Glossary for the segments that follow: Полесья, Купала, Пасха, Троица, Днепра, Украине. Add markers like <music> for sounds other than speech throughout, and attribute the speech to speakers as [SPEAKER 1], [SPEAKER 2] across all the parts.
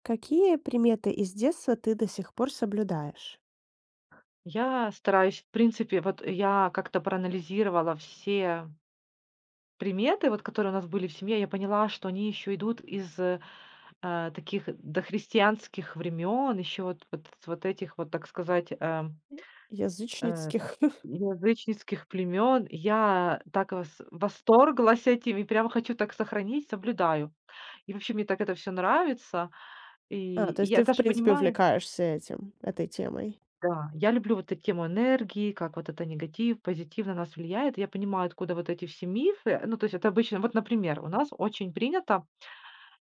[SPEAKER 1] Какие приметы из детства ты до сих пор соблюдаешь?
[SPEAKER 2] Я стараюсь, в принципе, вот я как-то проанализировала все приметы, вот которые у нас были в семье, я поняла, что они еще идут из таких дохристианских времен, еще вот с вот этих вот, так сказать,
[SPEAKER 1] М.
[SPEAKER 2] э,
[SPEAKER 1] Язычницких. <laughs>
[SPEAKER 2] язычницких племен. Я так восторглась этим и прям хочу так сохранить, соблюдаю. И вообще мне так это все нравится. И,
[SPEAKER 1] А, то
[SPEAKER 2] и
[SPEAKER 1] есть
[SPEAKER 2] я
[SPEAKER 1] ты, в
[SPEAKER 2] даже
[SPEAKER 1] принципе,
[SPEAKER 2] понимаю.
[SPEAKER 1] увлекаешься этим, этой темой.
[SPEAKER 2] Да, я люблю вот эту тему энергии, как вот это негатив, позитив на нас влияет. Я понимаю, откуда вот эти все мифы. Ну, то есть это обычно, вот, например, у нас очень принято,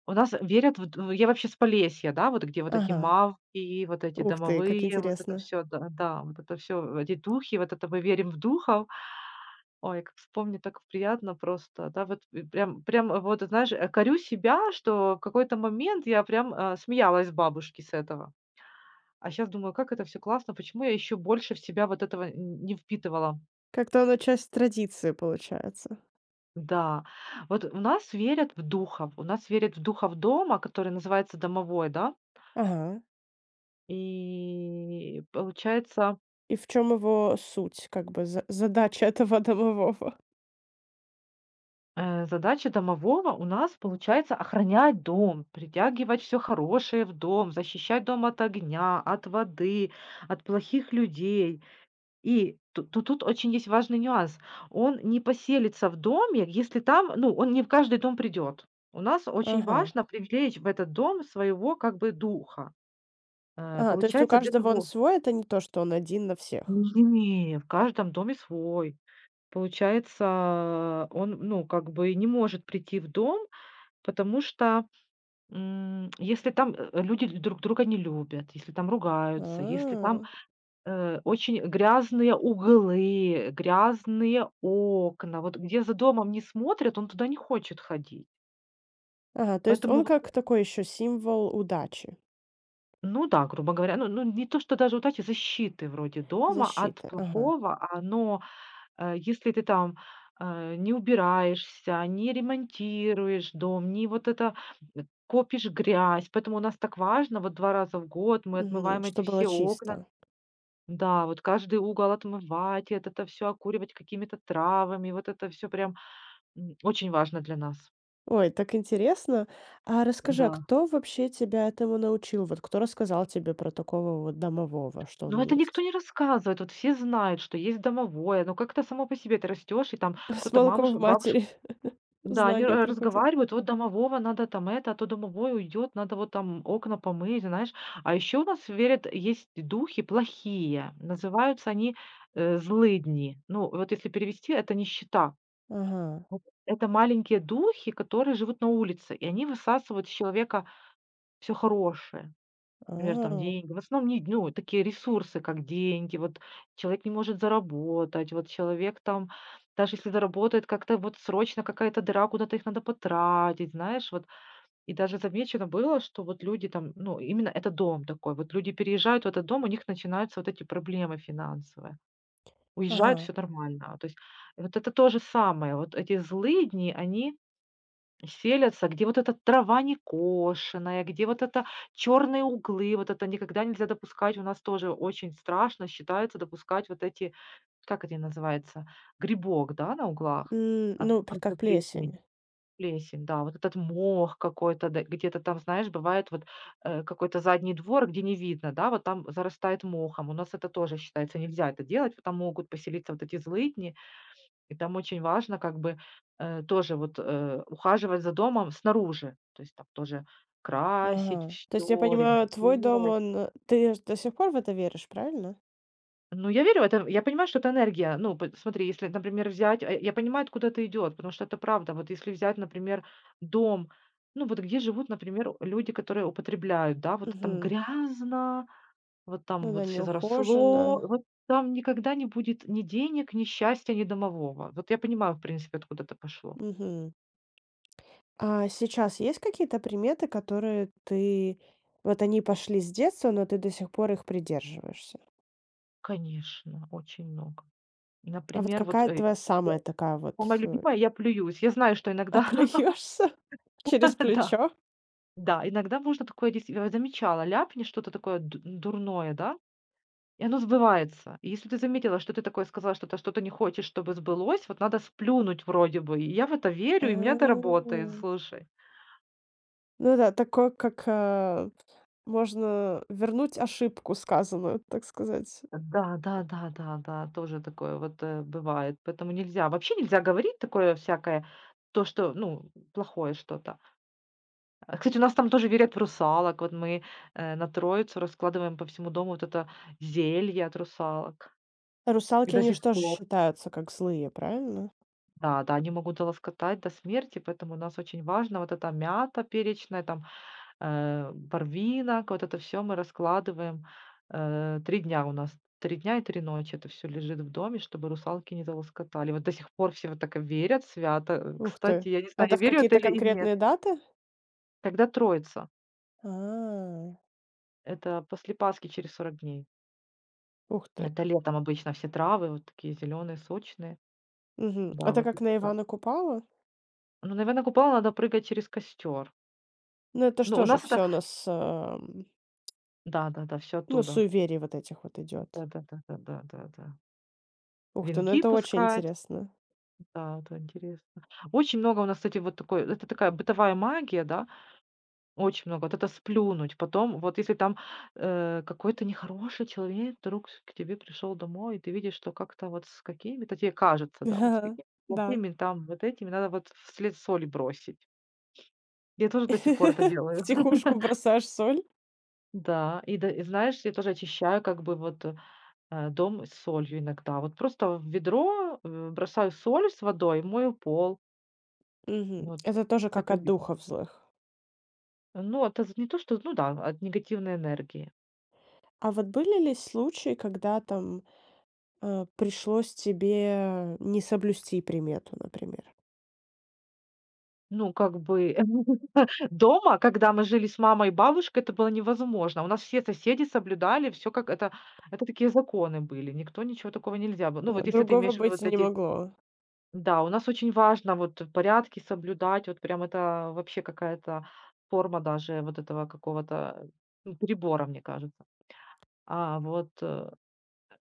[SPEAKER 2] у нас верят, я вообще с Полесья, да, вот где вот эти
[SPEAKER 1] Ага.
[SPEAKER 2] мавки, вот эти
[SPEAKER 1] Ух ты, как
[SPEAKER 2] домовые, вот это
[SPEAKER 1] интересно.
[SPEAKER 2] все, да, да, вот это все, эти духи, вот это мы верим в духов. Ой, как вспомню, так приятно просто, да, вот и прям вот, знаешь, корю себя, что в какой-то момент я прям смеялась бабушки с этого. А сейчас думаю, как это все классно, почему я еще больше в себя вот этого н не впитывала.
[SPEAKER 1] Как-то оно часть традиции получается.
[SPEAKER 2] Да, вот у нас верят в духов, у нас верят в духов дома, который называется домовой, да.
[SPEAKER 1] Ага.
[SPEAKER 2] И получается,
[SPEAKER 1] И в чем его суть, как бы задача <laughs> этого домового?
[SPEAKER 2] задача домового у нас получается охранять дом, притягивать все хорошее в дом, защищать дом от огня, от воды, от плохих людей. И ту ту тут очень есть важный нюанс. Он не поселится в доме, если там, ну, он не в каждый дом придет. У нас очень
[SPEAKER 1] Ага.
[SPEAKER 2] важно привлечь в этот дом своего как бы духа.
[SPEAKER 1] А, то есть у
[SPEAKER 2] Получается, для
[SPEAKER 1] каждого он
[SPEAKER 2] того
[SPEAKER 1] свой, это не то, что он один на всех.
[SPEAKER 2] не в каждом доме свой. Получается, он, ну, как бы не может прийти в дом, потому что, если там, люди друг друга не любят, если там ругаются, если там
[SPEAKER 1] А.
[SPEAKER 2] Очень грязные углы, грязные окна. Вот где за домом не смотрят, он туда не хочет ходить.
[SPEAKER 1] Ага, то есть
[SPEAKER 2] Поэтому
[SPEAKER 1] он
[SPEAKER 2] вот
[SPEAKER 1] как такой еще символ удачи.
[SPEAKER 2] ну да, грубо говоря, ну не то, что даже вот эти защиты вроде дома от
[SPEAKER 1] Защиты, ага.
[SPEAKER 2] плохого, а, но, если ты там, не убираешься, не ремонтируешь дом, не вот это, э, копишь грязь. Поэтому у нас так важно, вот 2 раза в год мы
[SPEAKER 1] Мгм.
[SPEAKER 2] отмываем
[SPEAKER 1] Что
[SPEAKER 2] эти
[SPEAKER 1] было
[SPEAKER 2] все окна.
[SPEAKER 1] чисто.
[SPEAKER 2] Да, вот каждый угол отмывать, это-то все окуривать какими-то травами, вот это все прям, очень важно для нас.
[SPEAKER 1] Ой, так интересно. А расскажи, а
[SPEAKER 2] Да.
[SPEAKER 1] кто вообще тебя этому научил? Вот кто рассказал тебе про такого вот домового, что он
[SPEAKER 2] Но это никто
[SPEAKER 1] есть?
[SPEAKER 2] не рассказывает, вот все знают, что есть домовое, но как-то само по себе ты растёшь, и там
[SPEAKER 1] <laughs> С
[SPEAKER 2] кто-то
[SPEAKER 1] молоком
[SPEAKER 2] мамушка,
[SPEAKER 1] в
[SPEAKER 2] бабушка,
[SPEAKER 1] матери <laughs>
[SPEAKER 2] да, они
[SPEAKER 1] знания
[SPEAKER 2] ра
[SPEAKER 1] приходят.
[SPEAKER 2] разговаривают, вот домового надо там это, а то домовой уйдёт, надо вот там окна помыть, знаешь. А ещё у нас верят, есть духи плохие, называются они, злыдни. Ну, вот если перевести, это нищета.
[SPEAKER 1] Ага.
[SPEAKER 2] Вот это маленькие духи, которые живут на улице, и они высасывают из человека все хорошее. Например, там
[SPEAKER 1] А.
[SPEAKER 2] деньги. В основном не ну, вот такие ресурсы, как деньги. Вот человек не может заработать, вот человек там, даже если заработает, как-то вот срочно какая-то дыра, куда-то их надо потратить, знаешь, вот. И даже замечено было, что вот люди там, ну, именно это дом такой, вот люди переезжают в этот дом, у них начинаются вот эти проблемы финансовые. Уезжают —
[SPEAKER 1] Ага.
[SPEAKER 2] все нормально. То есть вот это то же самое. Вот эти злые дни, они селятся, где вот эта трава не кошеная, где вот это черные углы, вот это никогда нельзя допускать. У нас тоже очень страшно считается допускать вот эти, как это называется, грибок, да, на углах
[SPEAKER 1] Ну, п как
[SPEAKER 2] от
[SPEAKER 1] плесень.
[SPEAKER 2] плесени. Плесень, да, вот этот мох какой-то, да, где-то там, знаешь, бывает вот какой-то задний двор, где не видно, да, вот там зарастает мохом. У нас это тоже считается, нельзя это делать, потому могут поселиться вот эти злыдни, и там очень важно как бы, тоже вот, ухаживать за домом снаружи. То есть там тоже красить
[SPEAKER 1] Ага. То есть я
[SPEAKER 2] все,
[SPEAKER 1] понимаю, твой дом,
[SPEAKER 2] ремонтировать.
[SPEAKER 1] он, ты ж до сих пор в это веришь, правильно?
[SPEAKER 2] Ну, я верю в это. Я понимаю, что это энергия. Ну, п смотри, если, например, взять, а, я понимаю, откуда это идет, потому что это правда. Вот если взять, например, дом, ну, вот где живут, например, люди, которые употребляют, да, вот там
[SPEAKER 1] Мгм.
[SPEAKER 2] грязно, вот
[SPEAKER 1] Ну
[SPEAKER 2] там
[SPEAKER 1] да,
[SPEAKER 2] вот все
[SPEAKER 1] неухоженно.
[SPEAKER 2] заросло, вот там никогда не будет ни денег, ни счастья, ни домового. Вот я понимаю, в принципе, откуда это пошло.
[SPEAKER 1] Мгм. А сейчас есть какие-то приметы, которые ты вот они пошли с детства, но ты до сих пор их придерживаешься?
[SPEAKER 2] Конечно, очень много.
[SPEAKER 1] А вот
[SPEAKER 2] Например, вот,
[SPEAKER 1] какая твоя
[SPEAKER 2] я
[SPEAKER 1] самая такая вот,
[SPEAKER 2] самое любимое — я плююсь. Я знаю, что
[SPEAKER 1] <laughs>
[SPEAKER 2] иногда
[SPEAKER 1] оплюешься через
[SPEAKER 2] <laughs> да,
[SPEAKER 1] плечо?
[SPEAKER 2] да, иногда можно такое действи я замечала, ляпни что-то такое ду дурное, да, и оно сбывается. И если ты заметила, что ты такое сказала, что-то не хочешь, чтобы сбылось, вот надо сплюнуть вроде бы. И я в это верю, и у меня это
[SPEAKER 1] А.
[SPEAKER 2] работает, слушай.
[SPEAKER 1] Ну да, такое, как, а. Можно вернуть ошибку сказанную, так сказать.
[SPEAKER 2] Да, да, да, да, да, тоже такое вот, бывает. Поэтому нельзя, вообще нельзя говорить такое всякое, то, что, ну, плохое что-то. А, кстати, у нас там тоже верят в русалок. Вот мы, на Троицу раскладываем по всему дому вот это зелье от русалок. И
[SPEAKER 1] Русалки,
[SPEAKER 2] до
[SPEAKER 1] они же
[SPEAKER 2] сих
[SPEAKER 1] тоже
[SPEAKER 2] пор.
[SPEAKER 1] считаются как злые, правильно?
[SPEAKER 2] Да, да, они могут залоскотать до смерти, поэтому у нас очень важно вот эта мята перечная, там, барвинок, вот это все мы раскладываем. Три дня у нас, 3 дня и 3 ночи это все лежит в доме, чтобы русалки не залоскотали. Вот до сих пор все вот так и верят свято.
[SPEAKER 1] Ух ты.
[SPEAKER 2] Кстати, я не знаю,
[SPEAKER 1] Это
[SPEAKER 2] я
[SPEAKER 1] в
[SPEAKER 2] верю это
[SPEAKER 1] какие-то
[SPEAKER 2] или и нет.
[SPEAKER 1] конкретные даты?
[SPEAKER 2] Когда Троица?
[SPEAKER 1] А,
[SPEAKER 2] Это после Пасхи через 40 дней.
[SPEAKER 1] ух ты.
[SPEAKER 2] Это летом обычно все травы вот такие зеленые, сочные.
[SPEAKER 1] Мгм.
[SPEAKER 2] Да,
[SPEAKER 1] Это
[SPEAKER 2] вот
[SPEAKER 1] как
[SPEAKER 2] это
[SPEAKER 1] на
[SPEAKER 2] так.
[SPEAKER 1] Ивана Купалу?
[SPEAKER 2] Ну, наверное, купала надо прыгать через костер.
[SPEAKER 1] Ну, это
[SPEAKER 2] Ну,
[SPEAKER 1] что
[SPEAKER 2] у
[SPEAKER 1] же
[SPEAKER 2] нас это
[SPEAKER 1] все у нас,
[SPEAKER 2] да-да-да, все
[SPEAKER 1] ну,
[SPEAKER 2] оттуда.
[SPEAKER 1] суеверий вот этих вот идет.
[SPEAKER 2] Да-да-да-да-да-да.
[SPEAKER 1] Ух ты, ну
[SPEAKER 2] Венки
[SPEAKER 1] это очень
[SPEAKER 2] пускать.
[SPEAKER 1] интересно.
[SPEAKER 2] Да, это интересно. Очень много у нас, кстати, вот такой это такая бытовая магия, да. Очень много. Вот это сплюнуть. Потом, вот если там, какой-то нехороший человек вдруг с к тебе пришел домой, и ты видишь, что как-то вот с какими-то, тебе кажется, да, вот с
[SPEAKER 1] <laughs>
[SPEAKER 2] какими-то
[SPEAKER 1] Да.
[SPEAKER 2] плохими там вот этими надо вот вслед соль бросить. Я тоже до сих пор это
[SPEAKER 1] <laughs>
[SPEAKER 2] делаю. <laughs>
[SPEAKER 1] Втихушку бросаешь соль.
[SPEAKER 2] Да, и да, и знаешь, я тоже очищаю как бы вот, дом с солью иногда. Вот просто в ведро, бросаю соль с водой, мою пол.
[SPEAKER 1] Мгм.
[SPEAKER 2] Вот
[SPEAKER 1] Это тоже как
[SPEAKER 2] это
[SPEAKER 1] от
[SPEAKER 2] ви
[SPEAKER 1] духов злых.
[SPEAKER 2] Ну, это з не то, что, ну да, от негативной энергии.
[SPEAKER 1] А вот были ли случаи, когда там, пришлось тебе не соблюсти примету, например?
[SPEAKER 2] Ну, как бы <laughs> дома, когда мы жили с мамой и бабушкой, это было невозможно. У нас все соседи соблюдали все как это такие законы были. Никто ничего такого нельзя было. Ну, вот если ты
[SPEAKER 1] Другого
[SPEAKER 2] имеешь в виду
[SPEAKER 1] быть
[SPEAKER 2] вот
[SPEAKER 1] не
[SPEAKER 2] эти
[SPEAKER 1] могло.
[SPEAKER 2] Да, у нас очень важно вот порядки соблюдать, вот прям это вообще какая-то форма даже вот этого какого-то, ну, перебора, мне кажется. А вот,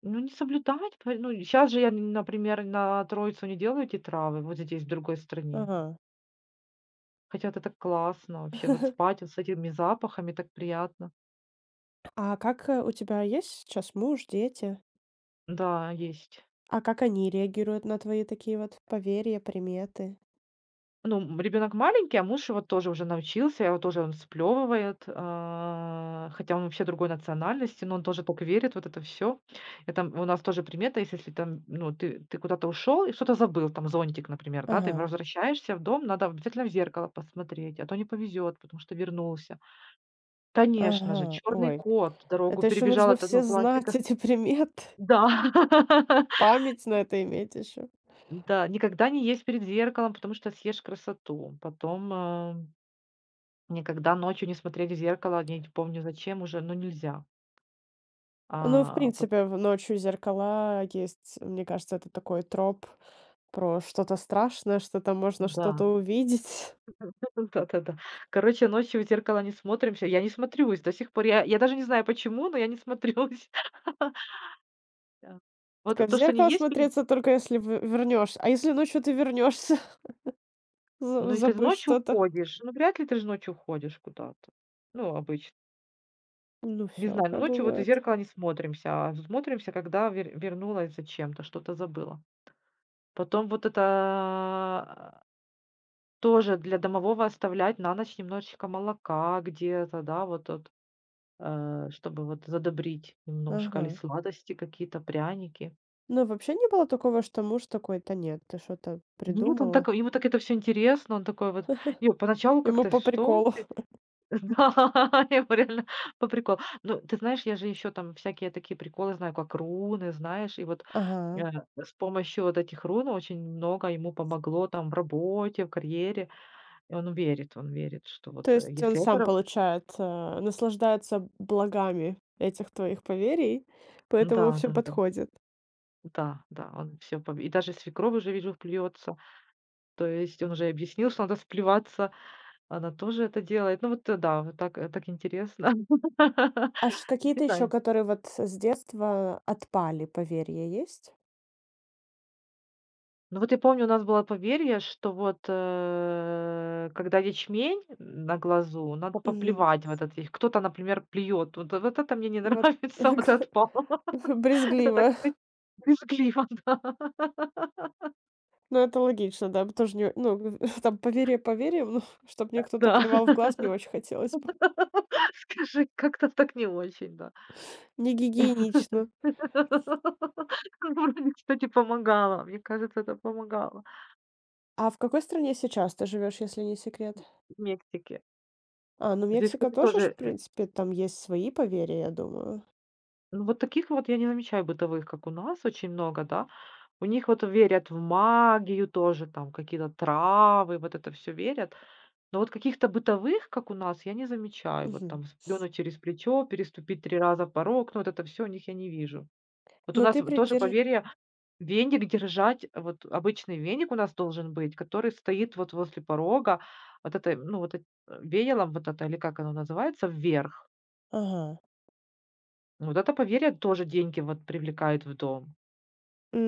[SPEAKER 2] ну, не соблюдать, пор ну, сейчас же я, н например, на Троицу не делаю эти травы, вот здесь, в другой стране.
[SPEAKER 1] Ага.
[SPEAKER 2] Хотя вот это так классно вообще, вот спать вот с этими запахами так приятно.
[SPEAKER 1] А как, у тебя есть сейчас муж, дети?
[SPEAKER 2] Да, есть.
[SPEAKER 1] А как они реагируют на твои такие вот поверья, приметы?
[SPEAKER 2] Ну, ребенок маленький, а муж его тоже уже научился, его тоже он сплевывает, а, хотя он вообще другой национальности, но он тоже так верит вот это все. Это у нас тоже примета есть, если там, ну, ты куда-то ушел и что-то забыл, там зонтик, например, да, ты
[SPEAKER 1] Ага,
[SPEAKER 2] возвращаешься в дом, надо обязательно в зеркало посмотреть, а то не повезет, потому что вернулся. Конечно же,
[SPEAKER 1] ага.
[SPEAKER 2] черный
[SPEAKER 1] Ой.
[SPEAKER 2] кот дорогу
[SPEAKER 1] Это еще
[SPEAKER 2] перебежал,
[SPEAKER 1] нужно
[SPEAKER 2] это,
[SPEAKER 1] все
[SPEAKER 2] ну,
[SPEAKER 1] знать
[SPEAKER 2] классика.
[SPEAKER 1] эти приметы,
[SPEAKER 2] Да. <laughs>
[SPEAKER 1] память на это иметь еще.
[SPEAKER 2] Да, никогда не есть перед зеркалом, потому что съешь красоту. Потом, а никогда ночью не смотреть в зеркало, не помню зачем уже, но нельзя.
[SPEAKER 1] Ну, в
[SPEAKER 2] А, пот
[SPEAKER 1] принципе, в «Ночью зеркала» есть, мне кажется, это такой троп про что-то страшное, что там можно
[SPEAKER 2] да.
[SPEAKER 1] что-то увидеть.
[SPEAKER 2] <laughs> Да-да-да. Короче, ночью в зеркало не смотримся. Я не смотрюсь до сих пор. Я даже не знаю почему, но я не смотрюсь. <laughs> Да.
[SPEAKER 1] Такая:
[SPEAKER 2] Вот
[SPEAKER 1] в
[SPEAKER 2] то, что не
[SPEAKER 1] зеркало
[SPEAKER 2] есть перед
[SPEAKER 1] смотреться только если в вернешься. А если ночью ты вернешься, <laughs> за
[SPEAKER 2] ну, если ты
[SPEAKER 1] забыв
[SPEAKER 2] ночью
[SPEAKER 1] что-то?
[SPEAKER 2] уходишь, ну, вряд ли ты же ночью уходишь куда-то. Ну, обычно.
[SPEAKER 1] Ну,
[SPEAKER 2] Не
[SPEAKER 1] все
[SPEAKER 2] знаю, но
[SPEAKER 1] всякое
[SPEAKER 2] ночью вот в
[SPEAKER 1] бывает.
[SPEAKER 2] зеркало не смотримся, а смотримся, когда вернулась зачем-то, что-то забыла. Потом вот это тоже для домового оставлять на ночь немножечко молока где-то, да, вот тут, чтобы вот задобрить немножко, или
[SPEAKER 1] Ага.
[SPEAKER 2] сладости какие-то, пряники.
[SPEAKER 1] Но вообще не было такого, что муж такой: «Да нет, ты что-то
[SPEAKER 2] Нет, он
[SPEAKER 1] придумала».
[SPEAKER 2] такой ему так это все интересно, он такой вот и поначалу
[SPEAKER 1] Ему
[SPEAKER 2] как-то:
[SPEAKER 1] по
[SPEAKER 2] "Что
[SPEAKER 1] приколу.
[SPEAKER 2] <laughs> Да, его реально по приколу. Ну, ты знаешь, я же еще там всякие такие приколы знаю, как руны, знаешь, и вот, э,
[SPEAKER 1] Ага.
[SPEAKER 2] с помощью вот этих рун очень много ему помогло там в работе, в карьере. И он верит, что вот,
[SPEAKER 1] То есть он
[SPEAKER 2] если это
[SPEAKER 1] сам,
[SPEAKER 2] ра
[SPEAKER 1] получается, наслаждается благами этих твоих поверий, поэтому все
[SPEAKER 2] да-да-да.
[SPEAKER 1] подходит.
[SPEAKER 2] Да, да, он все и даже свекровь уже, вижу, плюется. То есть он уже объяснил, что надо сплеваться. Она тоже это делает. Ну вот, да, вот так, так интересно. <laughs>
[SPEAKER 1] А ш какие-то
[SPEAKER 2] Не
[SPEAKER 1] еще,
[SPEAKER 2] знаю.
[SPEAKER 1] которые вот с детства отпали поверья, есть?
[SPEAKER 2] Ну вот я помню, у нас было поверье, что вот, когда ячмень на глазу, надо
[SPEAKER 1] Мгм.
[SPEAKER 2] поплевать в этот я кто-то, например, плюет. Вот это мне не
[SPEAKER 1] Вот <laughs>
[SPEAKER 2] нравится, <laughs> вот
[SPEAKER 1] гла
[SPEAKER 2] этот пол. <laughs> Это так
[SPEAKER 1] брезгливо.
[SPEAKER 2] бры брезгливо, да.
[SPEAKER 1] Ну, это логично, да, тоже не ну, <laughs> там поверье поверьем, ну, <laughs> чтоб мне
[SPEAKER 2] <laughs>
[SPEAKER 1] кто-то
[SPEAKER 2] Да.
[SPEAKER 1] плевал в глаз, не очень хотелось бы.
[SPEAKER 2] <laughs> Скажи, как-то так не очень, да.
[SPEAKER 1] Не гигиенично.
[SPEAKER 2] <laughs> Вроде, кстати, помогало. Мне кажется, это помогало
[SPEAKER 1] А в какой стране сейчас ты живешь, если не секрет?
[SPEAKER 2] в Мексике.
[SPEAKER 1] А, ну,
[SPEAKER 2] Здесь,
[SPEAKER 1] Мексика
[SPEAKER 2] кстати,
[SPEAKER 1] тоже ж, в
[SPEAKER 2] тоже,
[SPEAKER 1] принципе, там есть свои поверья, я думаю.
[SPEAKER 2] ну, вот таких вот я не замечаю бытовых, как у нас, очень много, да. У них вот верят в магию тоже, там какие-то травы, вот это все верят. Но вот каких-то бытовых, как у нас, я не замечаю. Вот
[SPEAKER 1] Мгм.
[SPEAKER 2] там сплюнуть через плечо, переступить 3 раза порог, ну, вот это все у них я не вижу. Вот у
[SPEAKER 1] Но
[SPEAKER 2] нас
[SPEAKER 1] ты
[SPEAKER 2] в тоже
[SPEAKER 1] придерж
[SPEAKER 2] поверье веник держать, вот обычный веник у нас должен быть, который стоит вот возле порога, вот это, ну, веялом вот это, или как оно называется, вверх.
[SPEAKER 1] ага,
[SPEAKER 2] Вот это, поверье, тоже деньги вот привлекает в дом.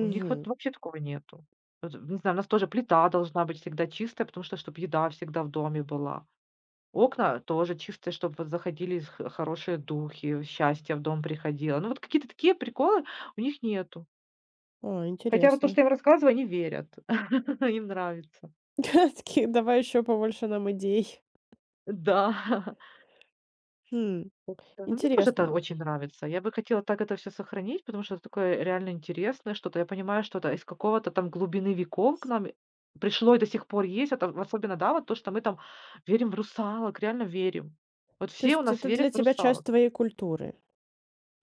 [SPEAKER 2] У них вот вообще такого нету. Вот, не знаю, у нас тоже плита должна быть всегда чистая, потому что чтобы еда всегда в доме была. Окна тоже чистые, чтобы вот заходили х хорошие духи, счастье в дом приходило. Ну, вот какие-то такие приколы у них нету.
[SPEAKER 1] О,
[SPEAKER 2] Хотя вот то, что
[SPEAKER 1] интересно.
[SPEAKER 2] я им рассказываю, они верят, <laughs> им нравится.
[SPEAKER 1] <laughs> Такие, давай еще побольше нам идей.
[SPEAKER 2] Да, <laughs>
[SPEAKER 1] Хм,
[SPEAKER 2] как-то. Ну, мне тоже это
[SPEAKER 1] интересно.
[SPEAKER 2] очень нравится. Я бы хотела так это все сохранить, потому что это такое реально интересное что-то. Я понимаю, что это из какого-то там глубины веков к нам пришло и до сих пор есть. Это в особенно, да, вот то, что мы там верим в русалок, реально верим. Вот
[SPEAKER 1] То
[SPEAKER 2] все у
[SPEAKER 1] есть
[SPEAKER 2] нас
[SPEAKER 1] это для
[SPEAKER 2] верят в
[SPEAKER 1] тебя часть
[SPEAKER 2] русалок.
[SPEAKER 1] твоей культуры?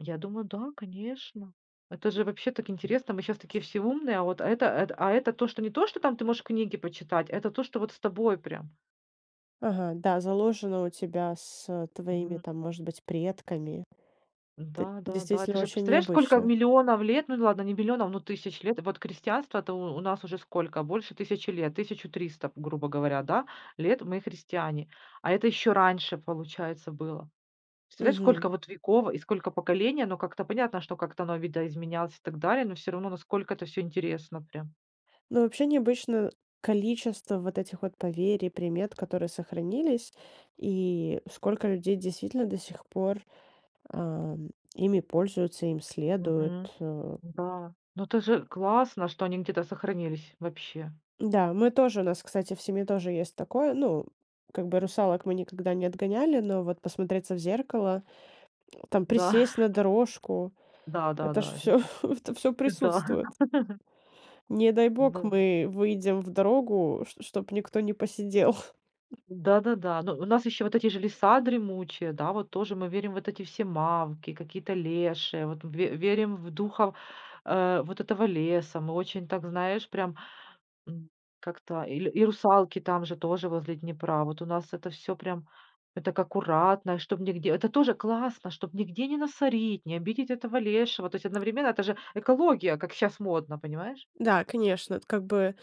[SPEAKER 2] Я думаю, да, конечно. Это же вообще так интересно. Мы сейчас такие все умные, а вот это эт а это то, что не то, что там ты можешь книги почитать, это то, что вот с тобой прям.
[SPEAKER 1] Ага, да, заложено у тебя с, твоими там, может быть, предками. Это
[SPEAKER 2] Да, да, да. Ты
[SPEAKER 1] действительно
[SPEAKER 2] же
[SPEAKER 1] очень
[SPEAKER 2] представляешь, сколько
[SPEAKER 1] необычно.
[SPEAKER 2] миллионов лет, ну ладно, не миллионов, но тысяч лет. Вот христианство-то у нас уже сколько? Больше тысячи лет, 1300, грубо говоря, да, лет мы христиане. А это еще раньше, получается, было. Представляешь,
[SPEAKER 1] Угу.
[SPEAKER 2] сколько вот веков и сколько поколений, оно как-то понятно, что как-то оно видоизменялось и так далее, но все равно насколько это все интересно прям.
[SPEAKER 1] Ну, вообще необычно количество вот этих вот поверий, примет, которые сохранились, и сколько людей действительно до сих пор, ам, ими пользуются, им следуют.
[SPEAKER 2] Мгм. Да. Ну это же классно, что они где-то сохранились вообще.
[SPEAKER 1] Да, мы тоже, у нас, кстати, в семье тоже есть такое. Ну, как бы русалок мы никогда не отгоняли, но вот посмотреться в зеркало, там
[SPEAKER 2] Да,
[SPEAKER 1] присесть на
[SPEAKER 2] <laughs>
[SPEAKER 1] дорожку,
[SPEAKER 2] да, да,
[SPEAKER 1] это ж
[SPEAKER 2] да. это
[SPEAKER 1] все,
[SPEAKER 2] при-
[SPEAKER 1] <laughs> это все
[SPEAKER 2] Да,
[SPEAKER 1] присутствует. Не дай бог
[SPEAKER 2] да.
[SPEAKER 1] мы выйдем в дорогу, чтобы никто не посидел. <laughs>
[SPEAKER 2] Да-да-да. Ну, у нас еще вот эти же леса дремучие, да, вот тоже мы верим вот эти все мавки, какие-то леши, вот верим в духов, вот этого леса. Мы очень так, знаешь, прям м, как-то. И, и русалки там же тоже возле Днепра. Вот у нас это все прям. Это так аккуратно, чтобы нигде. Это тоже классно, чтобы нигде не насорить, не обидеть этого лешего. То есть одновременно это же экология, как сейчас модно, понимаешь?
[SPEAKER 1] Да, конечно, как бы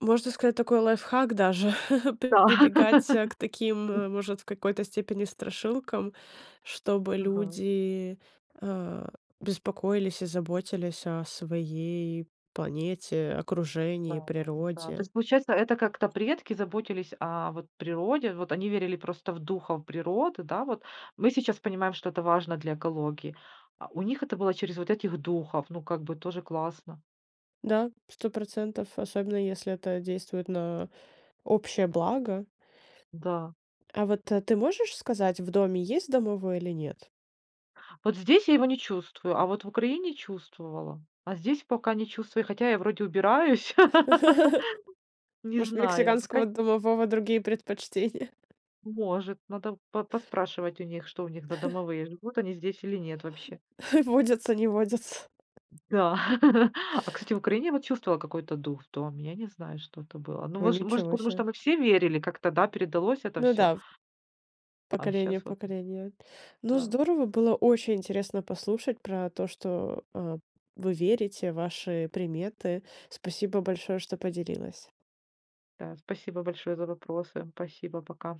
[SPEAKER 1] можно сказать, такой лайфхак даже, <laughs>
[SPEAKER 2] Да.
[SPEAKER 1] прибегать,
[SPEAKER 2] <laughs>
[SPEAKER 1] к таким, может, в какой-то степени страшилкам, чтобы
[SPEAKER 2] Ага.
[SPEAKER 1] люди, э, беспокоились и заботились о своей планете, окружении,
[SPEAKER 2] Да, да, да. То
[SPEAKER 1] природе.
[SPEAKER 2] есть, получается, это как-то предки заботились о вот природе, вот они верили просто в духов природы, да, вот. Мы сейчас понимаем, что это важно для экологии. А у них это было через вот этих духов, ну, как бы тоже классно.
[SPEAKER 1] Да, сто процентов, особенно если это действует на общее благо.
[SPEAKER 2] Да.
[SPEAKER 1] А вот, ты можешь сказать, в доме есть домовой или нет?
[SPEAKER 2] Вот здесь я его не чувствую, а вот в Украине чувствовала. А здесь пока не чувствую, хотя я вроде убираюсь. <laughs>
[SPEAKER 1] <laughs>
[SPEAKER 2] Не
[SPEAKER 1] Может,
[SPEAKER 2] знаю, пока
[SPEAKER 1] мексиканского домового другие предпочтения?
[SPEAKER 2] может. Надо поспрашивать у них, что у них за домовые, живут они здесь или нет вообще.
[SPEAKER 1] <laughs> Водятся, не водятся?
[SPEAKER 2] Да. <laughs> А, кстати, в Украине я вот чувствовала какой-то дух в доме. Я не знаю, что это было. Ну,
[SPEAKER 1] Ну
[SPEAKER 2] вож может,
[SPEAKER 1] ничего
[SPEAKER 2] потому
[SPEAKER 1] себе.
[SPEAKER 2] что мы все верили, как-то, да, передалось это
[SPEAKER 1] Ну
[SPEAKER 2] все.
[SPEAKER 1] да,
[SPEAKER 2] А
[SPEAKER 1] поколение в
[SPEAKER 2] сейчас вот,
[SPEAKER 1] поколение. Ну,
[SPEAKER 2] да.
[SPEAKER 1] здорово, было очень интересно послушать про то, что, вы верите, ваши приметы. Спасибо большое, что поделилась.
[SPEAKER 2] Да, спасибо большое за вопросы. Спасибо, пока.